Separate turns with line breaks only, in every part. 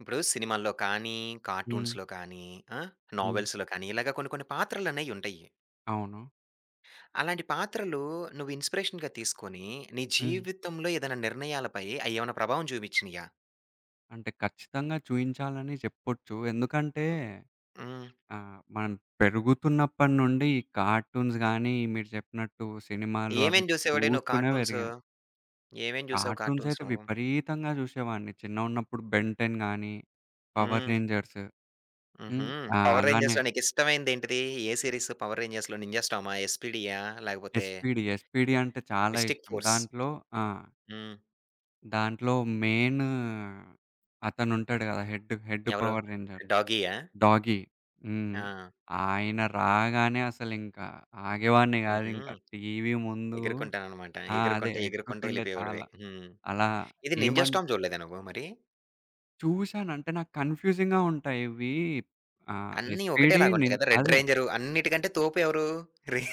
ఇప్పుడు సినిమాల్లో కానీ,
హ్మ్.
కార్టూన్స్‌లో కానీ, ఆ!
హ్మ్.
నావెల్స్‌లో కానీ, ఇలాగ కొన్ని కొన్ని పాత్రలనేయి ఉంటాయి.
అవును.
అలాంటి పాత్రలు నువ్వు ఇన్‌స్పిరేషన్‌గా తీసుకొని, నీ
హ్మ్.
జీవితంలో ఏదైనా నిర్ణయాలపై అయేమన్నా ప్రభావం చూపించినియా?
అంటే ఖచ్చితంగా చూయించాలని చెప్పొచ్చు. ఎందుకంటే
హ్మ్.
మనం పెరుగుతున్నప్పటి నుండి ఈ కార్టూన్స్ గానీ, మీరు చెప్పినట్టు సినిమాలు అవి
ఏమేం చూసేవాడివి నువ్వు
చూస్తూనే
కార్టూన్స్?
పెరిగాం.
ఏమేం చూసావు
కార్టూన్స్
కార్టూన్స్
అయితే
నువ్వు?
విపరీతంగా చూసేవాడిని. చిన్నగున్నప్పుడు 'బెన్ టెన్' గానీ, 'పవర్
హ్మ్.
రేంజర్స్'.
హుహు.
హ్మ్.
'పవర్
అలానే
రేంజర్స్‌లో' నీకిష్టమైనదేంటిది? ఏ సీరీస్ 'పవర్ రేంజర్స్‌లో', 'నింజా స్టామా', 'ఎస్పీడీయా' లేకపోతే
'ఎస్పీడీ', అంటే చాలా
'మిస్టిక్
ఇష్టం.
ఫోర్స్'?
దాంట్లో ఆ!
హ్మ్.
దాంట్లో మెయిన్ అతనుంటాడు గదా! హెడ్
ఎవరు?
'Power Ranger'.
'డాగీయా'?
డాగీ. హ్మ్.
ఆ!
ఆయన రాగానే అసలింకా ఆగేవాడిని
హుహు.
గాదింకా. టీవీ ముందు
ఎగురుకుంటాననమాట.
ఆ! అదే
ఎగురుకుంటా
ఎగురుతుండే
ఎళ్ళిపోయేవాడివి.
చాలా.
హ్మ్.
అలా
ఇది 'నింజా
ఏమన్
స్టార్మ్' చూడలేదా నువ్వు మరి?
చూశాను. అంటే నాకు కన్‌ఫ్యూజింగ్‌గా ఉంటాయి ఇవి.
అన్నీ
ఎస్‌పీడీ
ఒకటేలాగుంటాయి కదా! 'రెడ్
అదే
రేంజరు' అన్నిటికంటే తోపు ఎవరు? రే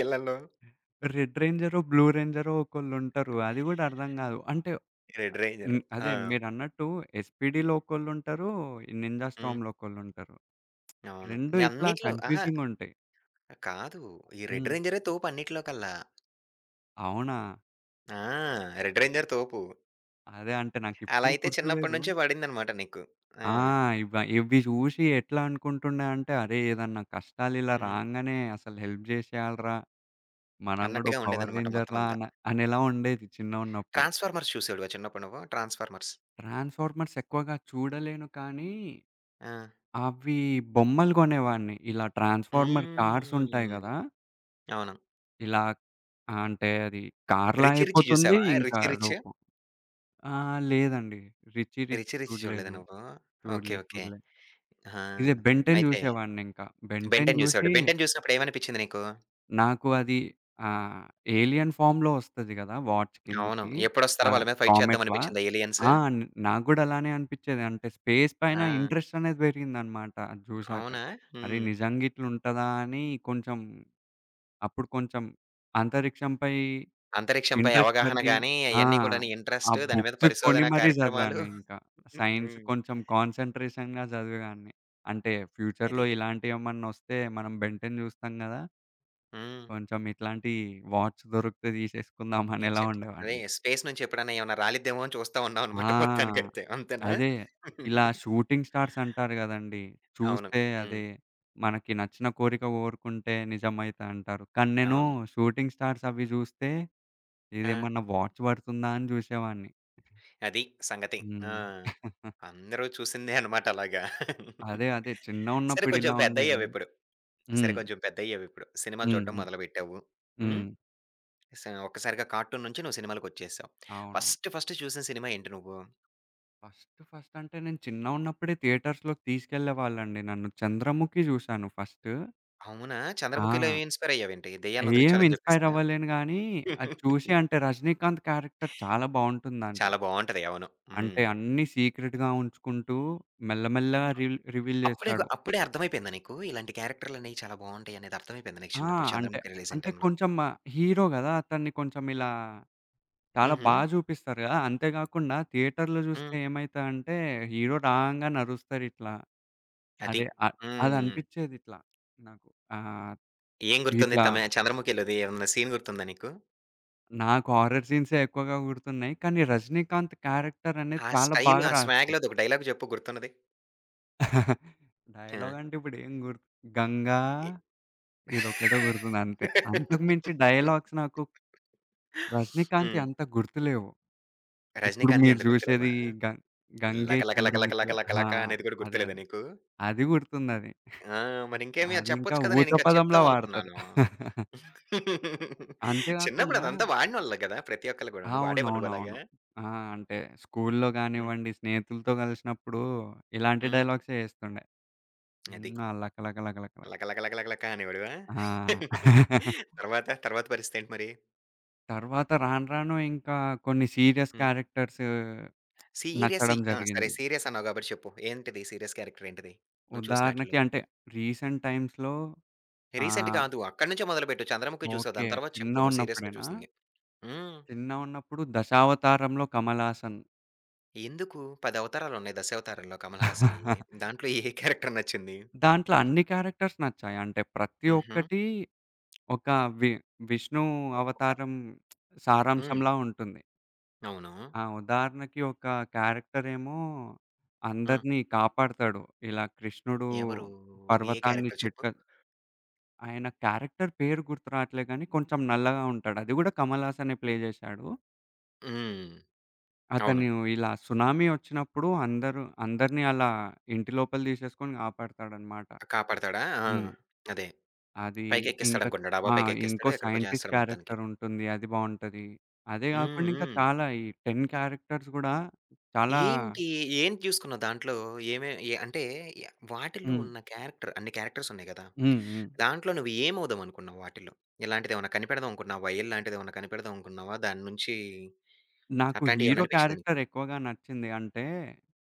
ఈళ్ళల్లో
రెడ్ రేంజరో, బ్లూ రేంజరో ఒకళ్ళుంటరు. అది గూడా అర్థం గాదు. అంటే
'రెడ్ రేంజరు.'
హ్మ్.
ఆ!
అదే మీరన్నట్టు ఎస్‌పీడీలో ఒకళ్ళుంటరు, ఈ నింజా
హ్మ్.
స్టార్మ్‌లో ఒకళ్ళుంటరు.
అవును.
2 ఇట్లా
అన్నిట్లో అహా!
కన్‌ఫ్యూజింగుంటాయి.
కాదు. ఈ 'రెడ్
హ్మ్.
రేంజరే' తోపు అన్నిట్లో కల్లా.
అవునా?
ఆ! 'రెడ్ రేంజర్' తోపు.
అదే అంటే
అలా
నాకిప్పుడు
అయితే చిన్నప్పటి
గుర్తులేదు.
నుంచే పడిందనమాట నీకు. ఆ!
ఆ! ఇవి జూసి ఎట్లా అనుకుంటుండే అంటే, అరే! ఏదన్నా కష్టాలిలా
హ్మ్.
రాంగానే అసలు హెల్ప్ జేసేయాలిరా, మనం గూడా ఓ
అన్నట్టుగా
పవర్
ఉండేదనమాట మొత్తం
రేంజర్‌లా
అంతా.
అనేలా ఉండేది చిన్నగున్నప్పుడు.
'ట్రాన్స్‌ఫార్మర్స్' చూసేవాడివా చిన్నప్పుడు నువ్వు? 'ట్రాన్స్‌ఫార్మర్స్'?
ట్రాన్స్‌ఫార్మర్స్ ఎక్కువగా చూడలేను కానీ,
ఆ!
అవి బొమ్మలు గొనేవాడిని. ఇలా ట్రాన్స్‌ఫార్మర్ కార్స్ ఉంటాయి
హ్మ్.
గదా!
అవును.
ఇలా ఆ! అంటే అది కార్‌లా
'రిచీ రిచ్'
అయిపోతుంది.
జూసావా?
ఇంకా
'రిచీ రిచ్'?
రూపం ఆ! లేదండి. 'రిచీ రిచ్'
'రిచీ రిచ్' చూడలేదా
చూడలేదు.
నువ్వు? ఓకే. ఓకే.
చూడలే.
ఆహా!
ఇదే 'బెన్ టెన్'
అయితే
జూసేవాడినింకా. 'బెన్
'బెన్
టెన్'
టెన్'
జూసి
జూసావు. 'బెన్ టెన్' జూసినప్పుడు ఏమనిపిచ్చింది నీకు?
నాకు అది ఆహ్, ఏలియన్ ఫామ్‌లో ఒస్తది గదా! వాచ్
అవును.
కిందకి. ఆ!
ఎప్పుడొస్తారో వాళ్ళ మీద ఫైట్ చేద్దాం
కామెట్‌లా.
అనిపిచ్చిందా ఏలియన్స్?
ఆ! నాకు గూడా అలానే అనిపిచ్చేది. అంటే స్పేస్ పైన
ఆ!
ఇంట్రెస్ట్ అనేది పెరిగిందనమాట అది జూశాక.
అవునా?
అరే!
హ్మ్.
నిజంగా ఇట్లుంటదా అని కొంచెం అప్పుడు కొంచెం అంతరిక్షంపై
అంతరిక్షంపై
ఇంట్రెస్ట్
అవగాహన
పెరిగి
గాని,
ఆ!
అయన్నీ కూడాను
ఆ
ఇంట్రెస్ట్, దాని మీద
బుక్స్ కొని
పరిశోధన
మరీ
కార్యక్రమాలు.
చదివాను ఇంకా. సైన్స్
హ్మ్.
కొంచెం కాన్సంట్రేషన్‌గా చదివేవాడిని. అంటే ఫ్యూచర్‌లో
అది.
ఇలాంటియేమన్నొస్తే మనం బెన్ 10 చూస్తాం గదా!
హ్మ్.
కొంచెం ఇట్లాంటి వాచ్ దొరికితే తీసేసుకుందాం అనేలా
ఇచ్చట్ అదే
ఉండేవాడిని.
స్పేస్ నుంచి ఎప్పుడన్నా ఏమన్నా రాలిద్దేమో అని చూస్తా ఉన్నావనమాట
ఆ!
మొత్తానికైతే. అంతేనా?
అదే. ఇలా షూటింగ్ స్టార్స్ అంటారు గదండీ!
అవును.
చూస్తే
హ్మ్.
అదే మనకి నచ్చిన కోరిక కోరుకుంటే నిజమైతా అంటారు. కానీ నేను
అవును.
షూటింగ్ స్టార్స్ అవి జూస్తే
ఆ!
ఇదేమన్నా వాచ్ పడుతుందా అని జూసేవాడిని.
అది సంగతి. ఆ!
హ్మ్.
అందరూ చూసిందే అన్నమాట అలాగా.
అదే.
సరే
చిన్నగున్నప్పుడు
కొంచెం
ఇలా ఉండేవి.
పెద్దయ్యావిప్పుడు. సరే
హ్మ్.
కొంచెం పెద్దయ్యావిప్పుడు. సినిమాలు
హ్మ్.
చూడడం
హ్మ్.
మొదలుపెట్టావు. హ్మ్.
హ్మ్.
ఒక్కసారిగా కార్టూన్ నుంచి నువ్వు సినిమాలకొచ్చేసావు.
అవును.
ఫస్ట్ ఫస్ట్ చూసిన సినిమా ఏంటి నువ్వు?
ఫస్ట్ ఫస్ట్ అంటే నేను చిన్నగున్నప్పుడే థియేటర్స్‌లోకి తీసుకెళ్ళేవాళ్ళండి నన్ను. 'చంద్రముఖి' జూశాను ఫస్ట్.
అవునా! 'చంద్రముఖి'లో
ఆ!
ఇన్‌స్పైర్ అయ్యావేంటి? దెయ్యాలను
ఏమి
వదిలించాలని
ఇన్‌స్పైర్
చెప్పేసనా?
అవ్వలేను గానీ, అది చూసి అంటే 'రజనీకాంత్' క్యారెక్టర్ చాలా బావుంటుంది దాంట్లో.
చాలా బావుంటది. అవును.
అంటే
హ్మ్.
అన్నీ సీక్రెట్‌గా ఉంచుకుంటూ మెల్లమెల్లగా రివీల్ చేస్తాడు.
అప్పుడే అర్థమైపోయిందా నీకు ఇలాంటి క్యారెక్టర్‌లనేవి చాలా బావుంటాయనేది అర్థమైపోయిందా నీకు
ఆ!
చిన్నప్పుడు
అంటే,
'చంద్రముఖి' రిలీజ్ అయిన
అంటే
టైమ్‌లో?
కొంచెం హీరో గదా! అతన్ని కొంచెం ఇలా చాలా
హుహు.
బా చూపిస్తారు గదా! అంతే గాకుండా థియేటర్‌లో చూస్తే
హ్మ్.
ఏమైతదంటే, హీరో రాంగానే అరుస్తారు ఇట్లా.
అది.
అరే! అ అది
హ్మ్.
అనిపిచ్చేదిట్లా నాకు. ఆహ్,
ఏం గుర్తుంది?
ఇట్లా
తమ 'చంద్రముఖి'లోది ఏమన్నా సీన్ గుర్తుందా నీకు?
నాకు హారర్ సీన్సే ఎక్కువగా గుర్తున్నాయి. కానీ 'రజనీకాంత్' క్యారెక్టర్ అనేది
ఆ
చాలా
స్టైల్,
బాగా
ఆ
రాస్తారు.
స్వాగ్‌లోది ఒక డైలాగ్ జెప్పు గుర్తున్నది? ఆ!
డైలాగ్ అంటే ఇప్పుడు ఏం గుర్తు 'గంగా'
ఎ
ఇదొక్కటే గుర్తుంది అంతే. అంతకు మించి డైలాగ్స్ నాకు 'రజనీకాంత్‌యి'
హ్మ్.
అంత గుర్తులేవు. ఇప్పుడు
'రజినీకాంత్‌యి'
మీరు
అంత
చూసేది
గుర్తులేవా?
గం 'గంగే
'లక లక లక లక లక
చంద్రముఖిల'
లక
ఆ!
లక' అనేది గూడా
అదే
గుర్తులేదా
అదే.
నీకు?
అది గుర్తుందది.
ఆ! మరింకేమి అది
అదింకా
చెప్పొచ్చు కదా!
ఊత
నేనింకా
పదంలా వాడతారు.
చెప్తావనుకున్నాను.
అంతే
చిన్నప్పుడు
కాకుండా
అదంతా వాడినోళ్ళే గదా! ప్రతి ఒక్కళ్ళు గూడాను. వాడేవా నువ్వలాగా?
అవునవునవును. ఆ! అంటే స్కూలులో
హ్మ్.
గానివ్వండి, స్నేహితులతో కలిసినప్పుడు ఇలాంటి
హ్మ్.
డైలాగ్సే ఏస్తుండే.
అది.
హ్మ్. ఆ! లక లక లక లక ల
'లక లక లక లక లక' అనేవాడివా?
ఆ!
తర్వాత, తర్వాత పరిస్థితేంటి మరి?
తర్వాత రాను రాను ఇంకా కొన్ని సీరియస్
హ్మ్.
క్యారెక్టర్స్
సీరియస్
నచ్చడం
ఈ ఆ! సరే
జరిగింది.
సీరియస్ అన్నావు గాబట్టి చెప్పు. ఏంటిది సీరియస్ క్యారెక్టర్ ఏంటిది? నువ్వు
ఉదాహరణకి
చూసినాటిల్లో?
అంటే రీసెంట్ టైమ్స్‌లో
రీసెంట్
ఆహ్,
కాదు. అక్కడి నుంచే మొదలుపెట్టు. 'చంద్రముఖి' చూసావు.
ఓకే.
దాని తర్వాత చెప్పు నువ్వు సీరియస్‌గా
చిన్నగున్నప్పుడేనా?
చూసింది. హ్మ్.
చిన్నగున్నప్పుడు 'దశావతారంలో' కమల్ హాసన్.
ఎందుకు? 10 అవతారాలున్నాయి 'దశావతారంలో' కమల్ హాసన్‌యి. దాంట్లో ఏ క్యారెక్టర్ నచ్చింది?
దాంట్లో అన్ని క్యారెక్టర్స్ నచ్చాయి. అంటే ప్రతి
హుహు.
ఒక్కటి ఒక వి విష్ణు
ఒక్కొక్క
అవతారం
హ్మ్.
సారాంశంలా ఉంటుంది.
అవును.
ఆ! ఉదాహరణకి ఒక క్యారెక్టరేమో
ఆ!
అందరిని కాపాడతాడు. ఇలా కృష్ణుడు
ఎవరు? ఏ
పర్వతాన్ని
క్యారెక్టర్
చిట్క
చెప్పు?
ఆయన క్యారెక్టర్ పేరు గుర్తు రావట్లే గానీ, కొంచెం నల్లగా ఉంటాడు. అది గూడా కమల్ హాసనే ప్లే జేశాడు.
హ్మ్. అవును.
అతను ఇలా సునామీ వచ్చినప్పుడు అందరూ అందరిని అలా ఇంటి లోపల తీసేసుకొని కాపాడతాడనమాట.
కాపాడతాడా? ఆ!
హ్మ్.
అదే.
అది ఇంకా
పైకెక్కిస్తాడనుకుంటాడు. డాబా
ఆ! ఇంకో
పైకెక్కిస్తాడు. ఎక్కడికో
సైంటిస్ట్
చేస్తాడు మొత్తానికి.
క్యారెక్టర్ ఉంటుంది. అది బావుంటది. అదే
హ్మ్.
గాకుండా ఇంకా
హ్మ్.
చాలా ఈ 10 క్యారెక్టర్స్ గూడా చాలా
ఏంటి? ఏం చూసుకున్నావు దాంట్లో? ఏమే ఎ అంటే య వాటిల్లో
హ్మ్.
ఉన్న క్యారెక్టర్ అన్ని క్యారెక్టర్స్ ఉన్నాయి గదా!
హ్మ్. హ్మ్.
దాంట్లో నువ్వు ఏమవుదాం అనుకున్నావు వాటిల్లో? ఇలాంటిదేమన్నా కనిపెడదాం అనుకున్నావా? ఏలు లాంటిదేమన్నా కనిపెడదాం అనుకున్నావా? దాని నుంచి
నాకు
అట్లాంటియేమన్నా
హీరో
అనిపించిందా నీకు?
క్యారెక్టర్ ఎక్కువగా నచ్చింది. అంటే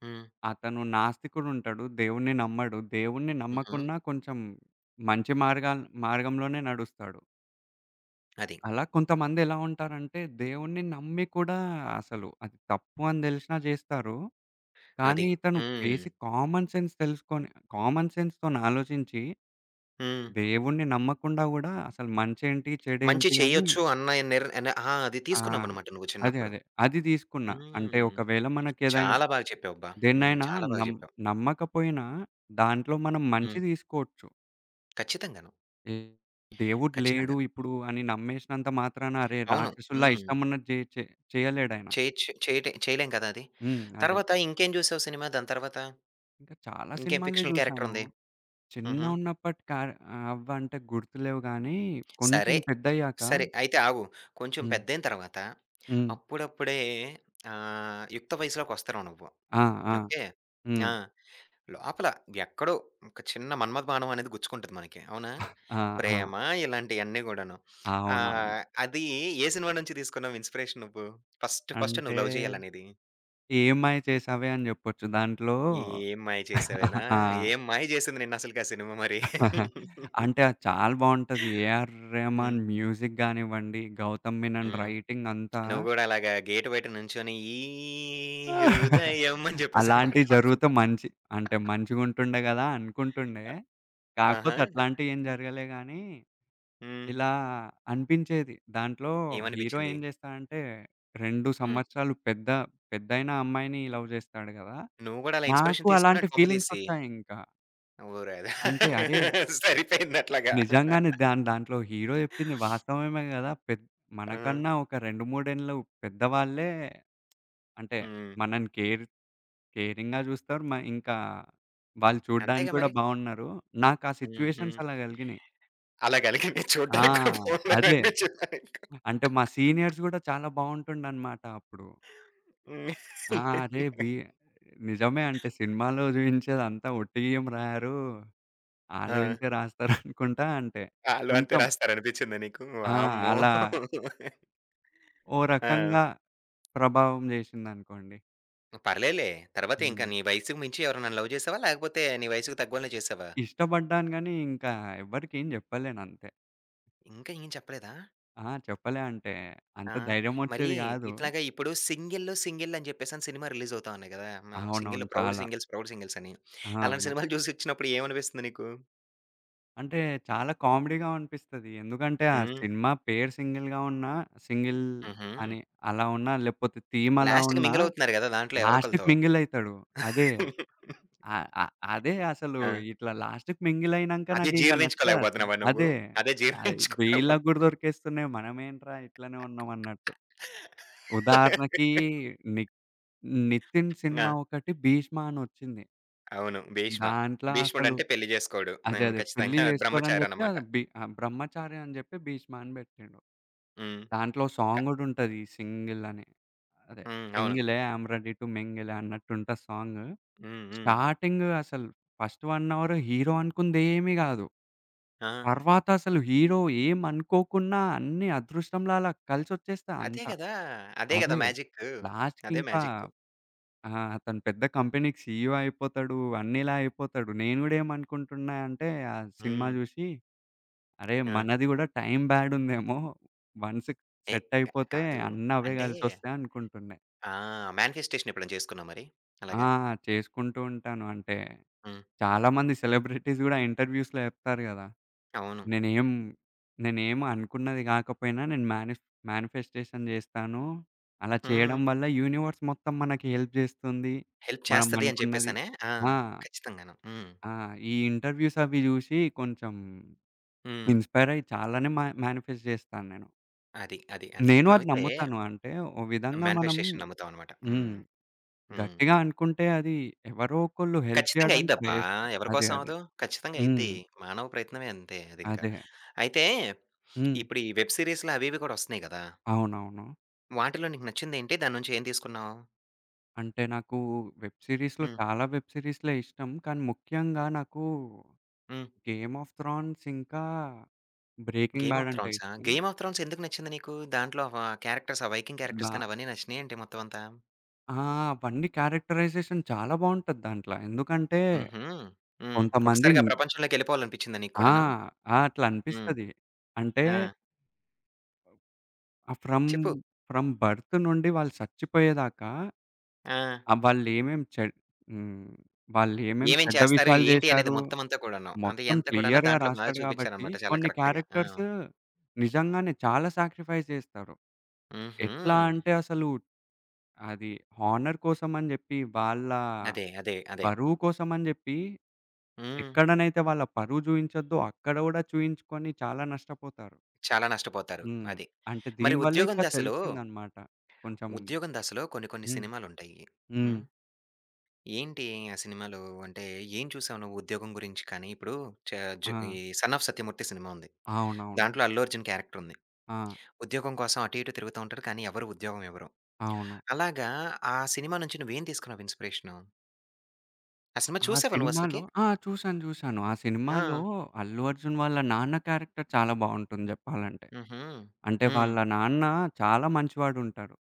హ్మ్.
అతను నాస్తికుడుంటాడు. దేవుడిని నమ్మడు. దేవుడిని
హుహు.
నమ్మకున్నా కొంచెం మంచి మార్గంలోనే నడుస్తాడు.
అది.
అలా కొంతమందెలా ఉంటారంటే దేవుడిని నమ్మి కూడా అసలు అది తప్పు అని దెలిసినా జేస్తారు.
అది.
కానీ ఇతను
హ్మ్.
బేసిక్ కామన్ సెన్స్ తెలుసుకొని కామన్ సెన్స్‌తోని ఆలోచించి,
హ్మ్.
దేవుడిని నమ్మకుండా గూడా అసలు మంచేంటి?
మంచి
చెడేంటి? అని
చేయొచ్చు అన్న నిర్ అనే ఆ! అది
ఆ!
తీసుకున్నావనమాట నువ్వు చిన్నప్పుడు.
అదే. అది తీసుకున్నా. అంటే
హ్మ్.
ఒకవేళ మనకేదైనా
చాలా బాగా చెప్పావబ్బా! హ్మ్.
దేన్నైనా
చాలా బాగా
నమ్
చెప్పావు.
నమ్మకపోయినా దాంట్లో మనం మంచి
హ్మ్.
తీసుకోవచ్చు.
ఖచ్చితంగాను.
ఏ దేవుడు లేడు
ఖచ్చితంగా.
ఇప్పుడు అని నమ్మేసినంత మాత్రాన అరే!
అవును.
రాక్షసుల్లా
హ్మ్.
ఇష్టమున్నది జే చే చేయలేడాయన.
చేయొచ్చు. చేయటే చేయలేం కదా! అది.
హ్మ్. అదే.
తర్వాత ఇంకేం జూసావు సినిమా దాని తర్వాత?
ఇంకా చాలా
ఇంకేం
సినిమాలే
ఫిక్షనల్ క్యారెక్టర్
జూశాను.
ఉంది? హుహు.
చిన్నగున్నప్పటి కార్ అవ్వంటే గుర్తులేవు గానీ,
సరే.
కొంచెం పెద్దయ్యాక
సరే. అయితే ఆగు. కొంచెం
హ్మ్.
పెద్దయిన తర్వాత
హ్మ్.
అప్పుడప్పుడే యుక్త వయసులోకొస్తున్నావు నువ్వు.
ఆ! ఆ!
ఓకే.
హ్మ్.
ఆ! లోపల ఎక్కడో ఒక చిన్న మన్మథ బాణం అనేది గుచ్చుకుంటది మనకి. అవునా?
ఆ! ఆ!
ప్రేమ ఇలాంటియన్నీ గూడాను.
అవునవును.
అది ఏ సినిమా నుంచి తీసుకున్నావు ఇన్‌స్పిరేషన్ నువ్వు? ఫస్ట్ ఫస్ట్
అంటే,
నువ్వు లవ్ జేయాలనేది?
ఏమై చేసావే అని జెప్పొచ్చు. దాంట్లో
ఏం మాయ చేసావేనా?
ఆ!
ఏం మాయ చేసింది నిన్నసలకి ఆ సినిమా మరి?
అది చాలా బావుంటది. 'ఏఆర్
హ్మ్.
రెహమాన్' మ్యూజిక్ గానివ్వండి, 'గౌతమ్ మీనన్'
హ్మ్.
రైటింగ్ అంతా
నువ్వు గూడా అలాగా గేట్ బయట నుంచొని ఈ హృదయం అని జెప్పేసని పాటలు
అలాంటియి జరుగుతే
పాడుకుంటా.
మంచి అంటే మంచిగుంటుండే గదా అనుకుంటుండే.
ఆహా!
కాకపోతే అట్లాంటియేం జరగలే గానీ
హ్మ్.
ఇలా అనిపించేది. దాంట్లో హీరో
ఏమనిపిచ్చింది?
ఏం చేస్తాడంటే 2
హ్మ్.
సంవత్సరాలు పెద్ద పెద్దయిన అమ్మాయిని లవ్ చేస్తాడు కదా!
నువ్వు గూడా అలా
నాకు
ఇన్‌స్పిరేషన్
అలాంటి
తీసుకున్నాడు కొంపదీసి.
ఫీలింగ్సొచ్చాయింక.
ఓరద
అంటే అరే!
సరిపోయింది అట్లాగా.
నిజంగానే దాంట్లో హీరో చెప్పింది వాస్తవమే కదా! పెద్
ఆ!
మనకన్నా ఒక 2, 3 ఏండ్లు పెద్దవాళ్ళే అంటే
హ్మ్.
మనని కేరింగ్‌గా చూస్తారు. మ ఇంకా వాళ్ళు చూడడానికి
అంతేగా
కూడా
మరి.
బావున్నారు. నాకు ఆ
హుహు.
సిట్యుయేషన్స్ అలా కలిగినాయి.
అలా గలిగింది
ఆ!
చూడ్డానికి కూడా
అదే.
బావుండాలనిపిచ్చిందా నీకు?
అంటే మా సీనియర్స్ గూడా చాలా బావుంటుండనమాట అప్పుడు.
హ్మ్.
ఆ! అరే! వీ నిజమే అంటే సినిమాలో జూయించేదంతా ఒట్టిగేం రాయరు.
ఆ!
ఆలోచించే రాస్తారనుకుంటా అంటే
ఆళ్ళు అంతే
కొంచెం
రాస్తారనిపిచ్చిందా నీకు?
ఆ!
వామ్మో!
అలా ఓ
ఆ!
రకంగా ప్రభావం జేసిందనుకోండి.
పర్లేదులే. తర్వాత ఇంకా
హ్మ్.
నీ వయసుకు మించి ఎవరు నన్ను లవ్ చేసావా? లేకపోతే నీ వయసుకు తగ్గోళ్ళనే చేసావా?
ఇష్టపడ్డాను గానీ ఇంకా ఎవ్వరికేం జెప్పలేనంతే.
ఇంకా ఏం చెప్పలేదా?
ఆ! చెప్పలే అంటే అంత
ఆ! మరి
ధైర్యమొచ్చేది గాదు.
ఇట్లాగా ఇప్పుడు సింగిల్, సింగిల్ అని చెప్పేసని సినిమా రిలీజ్ అవుతా ఉన్నాయి గదా! ఆ! సింగిల్
అవునవును.
'ప్రౌడ్
చాలా.
సింగిల్స్, ప్రౌడ్ సింగిల్స్' అని.
ఆ!
అలాంటి
ఆ!
సినిమాలు చూసి వచ్చినప్పుడు ఏమనిపిస్తుంది నీకు?
అంటే చాలా కామెడీగా అనిపిస్తది. ఎందుకంటే, ఆ
హ్మ్.
సినిమా పేరు సింగిల్‌గా ఉన్నా, సింగిల్
హుహు.
అని అలా ఉన్నా, లేకపోతే థీమ్ అలా
లాస్ట్‌కి
ఉన్నా
మింగిల్ అవుతున్నారు గదా! దాంట్లో ఎవరో
లాస్ట్‌కి
ఒకళ్ళతో.
మింగిల్ అయితాడు. అదే అ అ అదే అసలు
ఆ!
ఇట్లా లాస్ట్‌కి మింగిల్ అయినంక
అదే
నాకింక నచ్చదు ఆ
జీర్ణించుకోలేకపోతున్నావా నువ్వు?
అదే.
అదే
ఆహ్,
జీర్ణించుకోలేవా?
వీళ్ళకి గూడా దొరికేస్తున్నాయి. మనమేంట్రా ఇట్లనే ఉన్నాం అన్నట్టు. ఉదాహరణకి ని 'నితిన్'
ఆ!
సినిమా ఒకటి 'భీష్మ' అని వచ్చింది.
అవును. భీష్మ.
దాంట్లో అసలు
భీష్ముడంటే పెళ్లి జేసుకోడు. హ్మ్.
అదే. పెళ్లి
ఖచ్చితంగా
జేసుకోడని
బ్రహ్మచారి
జెప్పి
అన్నమాట.
అది బ్రహ్మచారి అని జెప్పి భీష్మ అని బెట్టిండు.
హ్మ్.
దాంట్లో సాంగ్
క
గూడుంటది 'సింగిల్' అని. అదే
హ్మ్. అవును.
'సింగిలే ఐయామ్ రెడీ టు మింగిలే' అన్నట్టుంటది సాంగ్.
హ్మ్. హ్మ్.
స్టార్టింగ్ అసలు ఫస్ట్ 1 అవర్ హీరో అనుకుందేమీ గాదు.
ఆ!
తర్వాత అసలు హీరో ఏమనుకోకున్నా అన్నీ అదృష్టంలా అలా కలిసొచ్చేస్తాయి
అదే
అంతా.
గదా! అదే గదా!
అదే.
మ్యాజిక్కు. అదే
లాస్ట్‌కింకా
మ్యాజిక్కు.
ఆ! అతను పెద్ద కంపెనీకి సీఈఓ అయిపోతాడు. అన్నిలా అయిపోతాడు. నేను గూడా ఏమనుకుంటున్నా అంటే ఆ సినిమా
హ్మ్.
జూసి అరే!
ఆ!
మనది గూడా టైం బ్యాడ్ ఉందేమో. వన్స్
ఏ
సెట్
క
అయిపోతే
కాదు.
అన్నీ అవే
అంటే
కలిసొస్తాయి అనుకుంటున్నా.
ఆ! మానిఫెస్టేషన్ ఎప్పుడైనా చేసుకున్నావా మరి?
ఆ!
అలాగా?
చేసుకుంటూ ఉంటాను. అంటే
హ్మ్.
చాలామంది సెలబ్రిటీస్ గూడా ఇంటర్‌వ్యూస్‌లో చెప్తారు గదా!
అవును.
నేనేం నేనేం అనుకున్నది గాకపోయినా నేను మేనిఫెస్టేషన్ జేస్తాను. అలా
హ్మ్.
చేయడం వల్ల యూనివర్స్ మొత్తం మనకి హెల్ప్ జేస్తుంది.
హెల్ప్
మనం
చేస్తది అని
అనుకున్నది
చెప్పేసనే ఆ!
ఆ!
ఖచ్చితంగాను. హ్మ్.
ఆ! ఈ ఇంటర్‌వ్యూస్ అవి జూసి కొంచెం
హ్మ్.
ఇన్‌స్పైర్ అయ్యి చాలానే మా మేనిఫెస్ట్ జేస్తాను నేను.
అది. అది. అది.
నేను అది
అయితే
నమ్ముతాను. ఓ విధంగా మనం
మానిఫెస్టేషన్ నమ్ముతావనమాట.
హ్మ్.
హ్మ్. హ్మ్.
గట్టిగా అనుకుంటే అది ఎవరో ఒకళ్ళు హెల్ప్
ఖచ్చితంగా
జేయడానికి ట్రై
అయిద్దబ్బా!
జేస్తారు.
ఎవరి కోసం
అదే.
అవ్వదు? ఖచ్చితంగా
హ్మ్.
అయిద్ది. మానవ ప్రయత్నమే అంతే అదింకా.
అదే.
అయితే
హ్మ్.
ఇప్పుడు ఈ వెబ్ సీరీస్‌లు అవి ఇవి కూడా వస్తున్నాయి గదా!
అవునవును.
వాటిలో నీకు నచ్చిందేంటి? దాని నుంచి ఏం తీసుకున్నావు?
అంటే నాకు వెబ్ సీరీస్‌లో
హ్మ్.
చాలా వెబ్ సీరీస్‌లే ఇష్టం. కానీ ముఖ్యంగా నాకు
హ్మ్.
'గేమ్ ఆఫ్ థ్రాన్స్' ఇంకా 'బ్రేకింగ్
'గేమ్
బ్యాడ్'
ఆఫ్
అంటే
థ్రోన్సా?'
ఇష్టం.
'గేమ్ ఆఫ్ థ్రోన్స్' ఎందుకు నచ్చింది నీకు? దాంట్లో ఆ క్యారెక్టర్స్, ఆ వైకింగ్
దా
క్యారెక్టర్స్ కానీ అవన్నీ నచ్చినాయా ఏంటి మొత్తం అంతా?
ఆ! అవన్నీ క్యారెక్టరైజేషన్ చాలా బావుంటది దాంట్ల. ఎందుకంటే
హుహు. హ్మ్.
కొంతమంది
ఒకసారిగా ఆ ప్రపంచంలోకెళ్ళిపోవాలనిపించిందా నీకు
ఆ!
కూడాను?
ఆ! అట్లా
హ్మ్.
అనిపిస్తది. అంటే
ఆ!
ఆ! ఫ్రమ్
చెప్పు.
ఫ్రమ్ బర్త్ నుండి వాళ్ళు చచ్చిపోయేదాకా
ఆ!
వాళ్ళేమేం చెడ్ హ్మ్. వాళ్ళేమేం
ఏమేం
చెడ్డ
చేస్తారు?
విషయాలు
ఏంటి అనేది
జేశారు,
మొత్తం అంతా కూడాను. అంటే
మొత్తం
ఎంత కూడాను
క్లియర్‌గా
దాంట్లో బాగా
రాస్తాడు గాబట్టి,
చూపించారనమాట చాలా
కొన్ని
కరెక్ట్‌గా. ఆ!
క్యారెక్టర్స్ నిజంగానే చాలా సాక్రిఫైస్ జేస్తారు.
హుహు.
ఎట్లా అంటే అసలు అది హానర్ కోసం అని జెప్పి, వాళ్ళ
అదే. అదే. అదే.
పరువు కోసం అని జెప్పి,
హ్మ్.
ఎక్కడనైతే వాళ్ళ పరువు చూయించొద్దో అక్కడ గూడా చూయించుకొని చాలా నష్టపోతారు.
చాలా నష్టపోతారు.
హ్మ్.
అది.
అంటే
మరి
దీని వల్లే
'ఉద్యోగం
ఇట్లా
దశలో'
తెలిసిందనమాట. కొంచెం
'ఉద్యోగం దశలో' కొన్ని కొన్ని
హ్మ్.
సినిమాలుంటాయి.
హ్మ్.
హ్మ్. ఏంటి ఆ సినిమాలు అంటే ఏం చూసావు నువ్వు ఉద్యోగం గురించి కానీ? ఇప్పుడు చ జు
ఆ!
ఈ 'సన్ ఆఫ్ సత్యమూర్తి' సినిమా ఉంది.
అవునవును.
దాంట్లో అల్లు అర్జున్ క్యారెక్టర్ ఉంది.
ఆ!
ఉద్యోగం కోసం అటు ఇటు తిరుగుతూ ఉంటారు. కానీ ఎవరు ఉద్యోగం ఇవ్వరు.
అవును.
అలాగా ఆ సినిమా నుంచి నువ్వేం తీసుకున్నావు ఇన్‌స్పిరేషను? ఆ సినిమా
ఆ
చూసావా నువ్వసలకి?
సినిమాలో ఆ! చూసాను. ఆ
ఆ!
సినిమాలో అల్లు అర్జున్ వాళ్ళ నాన్న క్యారెక్టర్ చాలా బావుంటుంది జెప్పాలంటే.
హుహు.
అంటే
హ్మ్.
వాళ్ళ నాన్న చాలా మంచివాడుంటారు.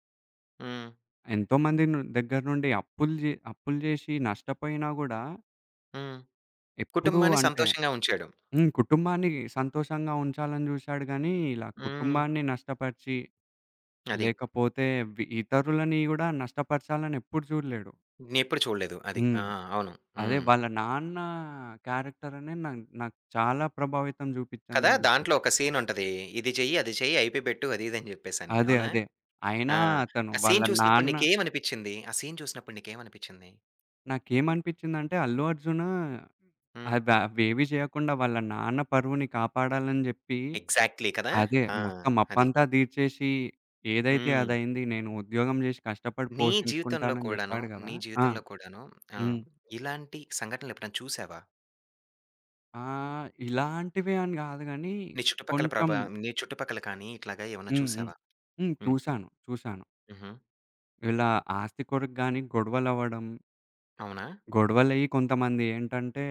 హ్మ్.
ఎంతో మంది దగ్గర నుండి అప్పులు జేసి నష్టపోయినా గూడా
హ్మ్.
ఎప్పుడూ
కుటుంబాన్ని
అంటే
సంతోషంగా ఉంచాడు.
హ్మ్. కుటుంబాన్ని సంతోషంగా ఉంచాలని జూసాడు గానీ, ఇలా
హ్మ్.
కుటుంబాన్ని నష్టపరిచి,
అది.
లేకపోతే ఇతరులని గూడా నష్టపరచాలని ఎప్పుడు జూడలేడు.
నేనెప్పుడు చూడలేదు. అది.
హ్మ్.
ఆ! అవును.
అదే
హ్మ్.
వాళ్ళ నాన్న క్యారెక్టర్ అనే నాకు చాలా ప్రభావితం
కదా!
చూపించిందని
దాంట్లో
చెప్పొచ్చు.
ఒక సీనుంటది. ఇది చెయ్యి, అది చెయ్యి, ఐపీ పెట్టు అది ఇది అని జెప్పేసని. అవునా?
అదే. అయినా
ఆ!
అతను
ఆ
వాళ్ళ
సీన్ చూసినప్పుడు
నాన్న
నీకేమనిపిచ్చింది? ఆ సీన్ చూసినప్పుడు నీకేమనిపిచ్చింది?
నాకేమనిపించిందంటే 'అల్లు అర్జున్'
హ్మ్.
అవి అవేవి చేయకుండా వాళ్ళ నాన్న పరువుని కాపాడాలని చెప్పి
ఎగ్జాక్ట్‌లీ కదా!
అదే
ఆ!
మొత్తం
అది.
అప్పంతా తీర్చేసి ఏదైతే
హ్మ్.
అదయింది. నేను ఉద్యోగం చేసి కష్టపడి
నీ జీవితంలో
పోషించుకుంటానని
కూడాను,
చెప్పాడు కదా!
నీ
ఆ!
జీవితంలో కూడాను
హ్మ్.
ఆహ్, ఇలాంటి సంఘటనలెప్పుడైనా చూసావా?
ఇలాంటివి అని కాదు గానీ కొంచెం
నీ చుట్టుపక్కల కానీ ఇట్లాగా ఏమన్నా
హ్మ్. హ్మ్.
చూసావా?
హ్మ్.
హ్మ్.
చూసాను.
హుహు.
ఇలా ఆస్తి కొరకు గాని గొడవలవ్వడం,
అవునా?
గొడవలయ్యి కొంతమంది ఏంటంటే,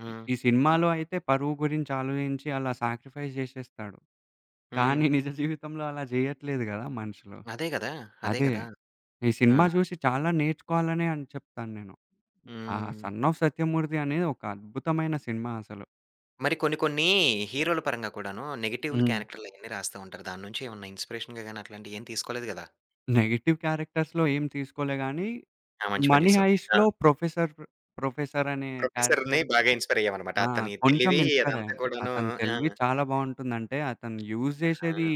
హ్మ్.
ఈ సినిమాలో అయితే పరువు గురించి ఆలోచించి అలా సాక్రిఫైస్ చేసేస్తాడు.
హ్మ్.
కానీ నిజ జీవితంలో అలా చేయట్లేదు గదా మనుషులు.
అదే గదా! అదే
అదే
గదా!
ఈ
ఆ!
సినిమా చూసి చాలా నేర్చుకోవాలనే అని చెప్తాను నేను. ఆ
హ్మ్.
'సన్ ఆఫ్ సత్యమూర్తి' అనేది ఒక అద్భుతమైన సినిమా అసలు.
మరి కొన్ని కొన్ని హీరోల పరంగా కూడాను నెగెటివ్‌లు
హ్మ్.
క్యారెక్టర్‌లయన్నీ రాస్తా ఉంటారు. దాని నుంచి ఏమన్నా ఇన్‌స్పిరేషన్‌గా గాని అట్లాంటియేం తీసుకోలేదు గదా!
నెగెటివ్ క్యారెక్టర్స్‌లో ఏం తీసుకోలే గానీ,
ఆ! మంచి పని
'మనీ
జేసావు. ఆ!
హైస్ట్‌లో' ప్రొఫెసర్, అనే
ప్రొఫెసర్‌ని
క్యారెక్టర్
బాగా ఇన్‌స్పైర్ అయ్యావనమాట.
ఆ!
అతని
కొంచెం
తెలివి
ఇన్‌స్పైర్
అదంతా
అయ్యాను.
కూడాను
అతని
ఆ!
తెలివి చాలా బావుంటుందంటే, అతను యూజ్
ఆ!
చేసేది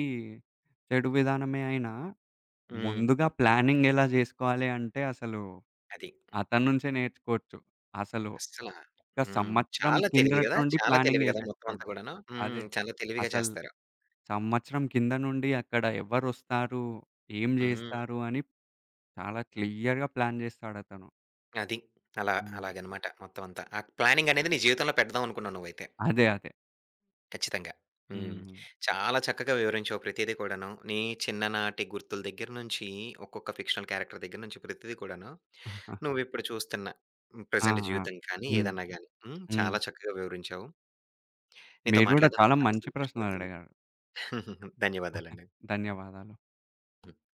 చెడు విధానమే అయినా,
హ్మ్.
ముందుగా ప్లానింగ్ ఎలా జేసుకోవాలి అంటే, అసలు
అది.
అతని నుంచే నేర్చుకోవచ్చు. అసలు
అస్సల
ఒక
హ్మ్.
సంవత్సరం
చాలా తెలివి
కిందటి
గదా!
నుండి
చాలా
ప్లానింగ్
తెలివి గదా! మొత్తం అంతా
జేసేస్తాడు.
గూడాను. హ్మ్.
అదే.
చాలా తెలివిగా
అసలు
చేస్తారు.
సంవత్సరం కింద నుండి అక్కడ ఎవరొస్తారు? ఏం
హ్మ్.
జేస్తారు? అని చాలా క్లియర్‌గా ప్లాన్ జేస్తాడతను.
అది. అలా
హ్మ్.
అలాగనమాట మొత్తం అంతా. ఆ ప్లానింగనేది నీ జీవితంలో పెడదాం అనుకున్నావు నువ్వైతే.
అదే.
ఖచ్చితంగా. హ్మ్.
హ్మ్.
చాలా చక్కగా వివరించావు ప్రతీది కూడాను. నీ చిన్ననాటి గుర్తుల దగ్గర నుంచి, ఒక్కొక్క ఫిక్షనల్ క్యారెక్టర్ దగ్గర నుంచి ప్రతీది కూడాను. నువ్విప్పుడు చూస్తున్న హ్మ్,
ఆ!
ప్రెజెంట్
ఆ!
జీవితం కానీ,
హ్మ్.
ఏదన్నా గాని హ్మ్.
హ్మ్.
చాలా చక్కగా వివరించావు. నీతో
మీరు గూడా
మాట్లాడడం
చాలా
నాకు చాలా
మంచి
సంతోషంగా ఉంది.
ప్రశ్నలడిగారు.
ధన్యవాదాలండి.
ధన్యవాదాలు.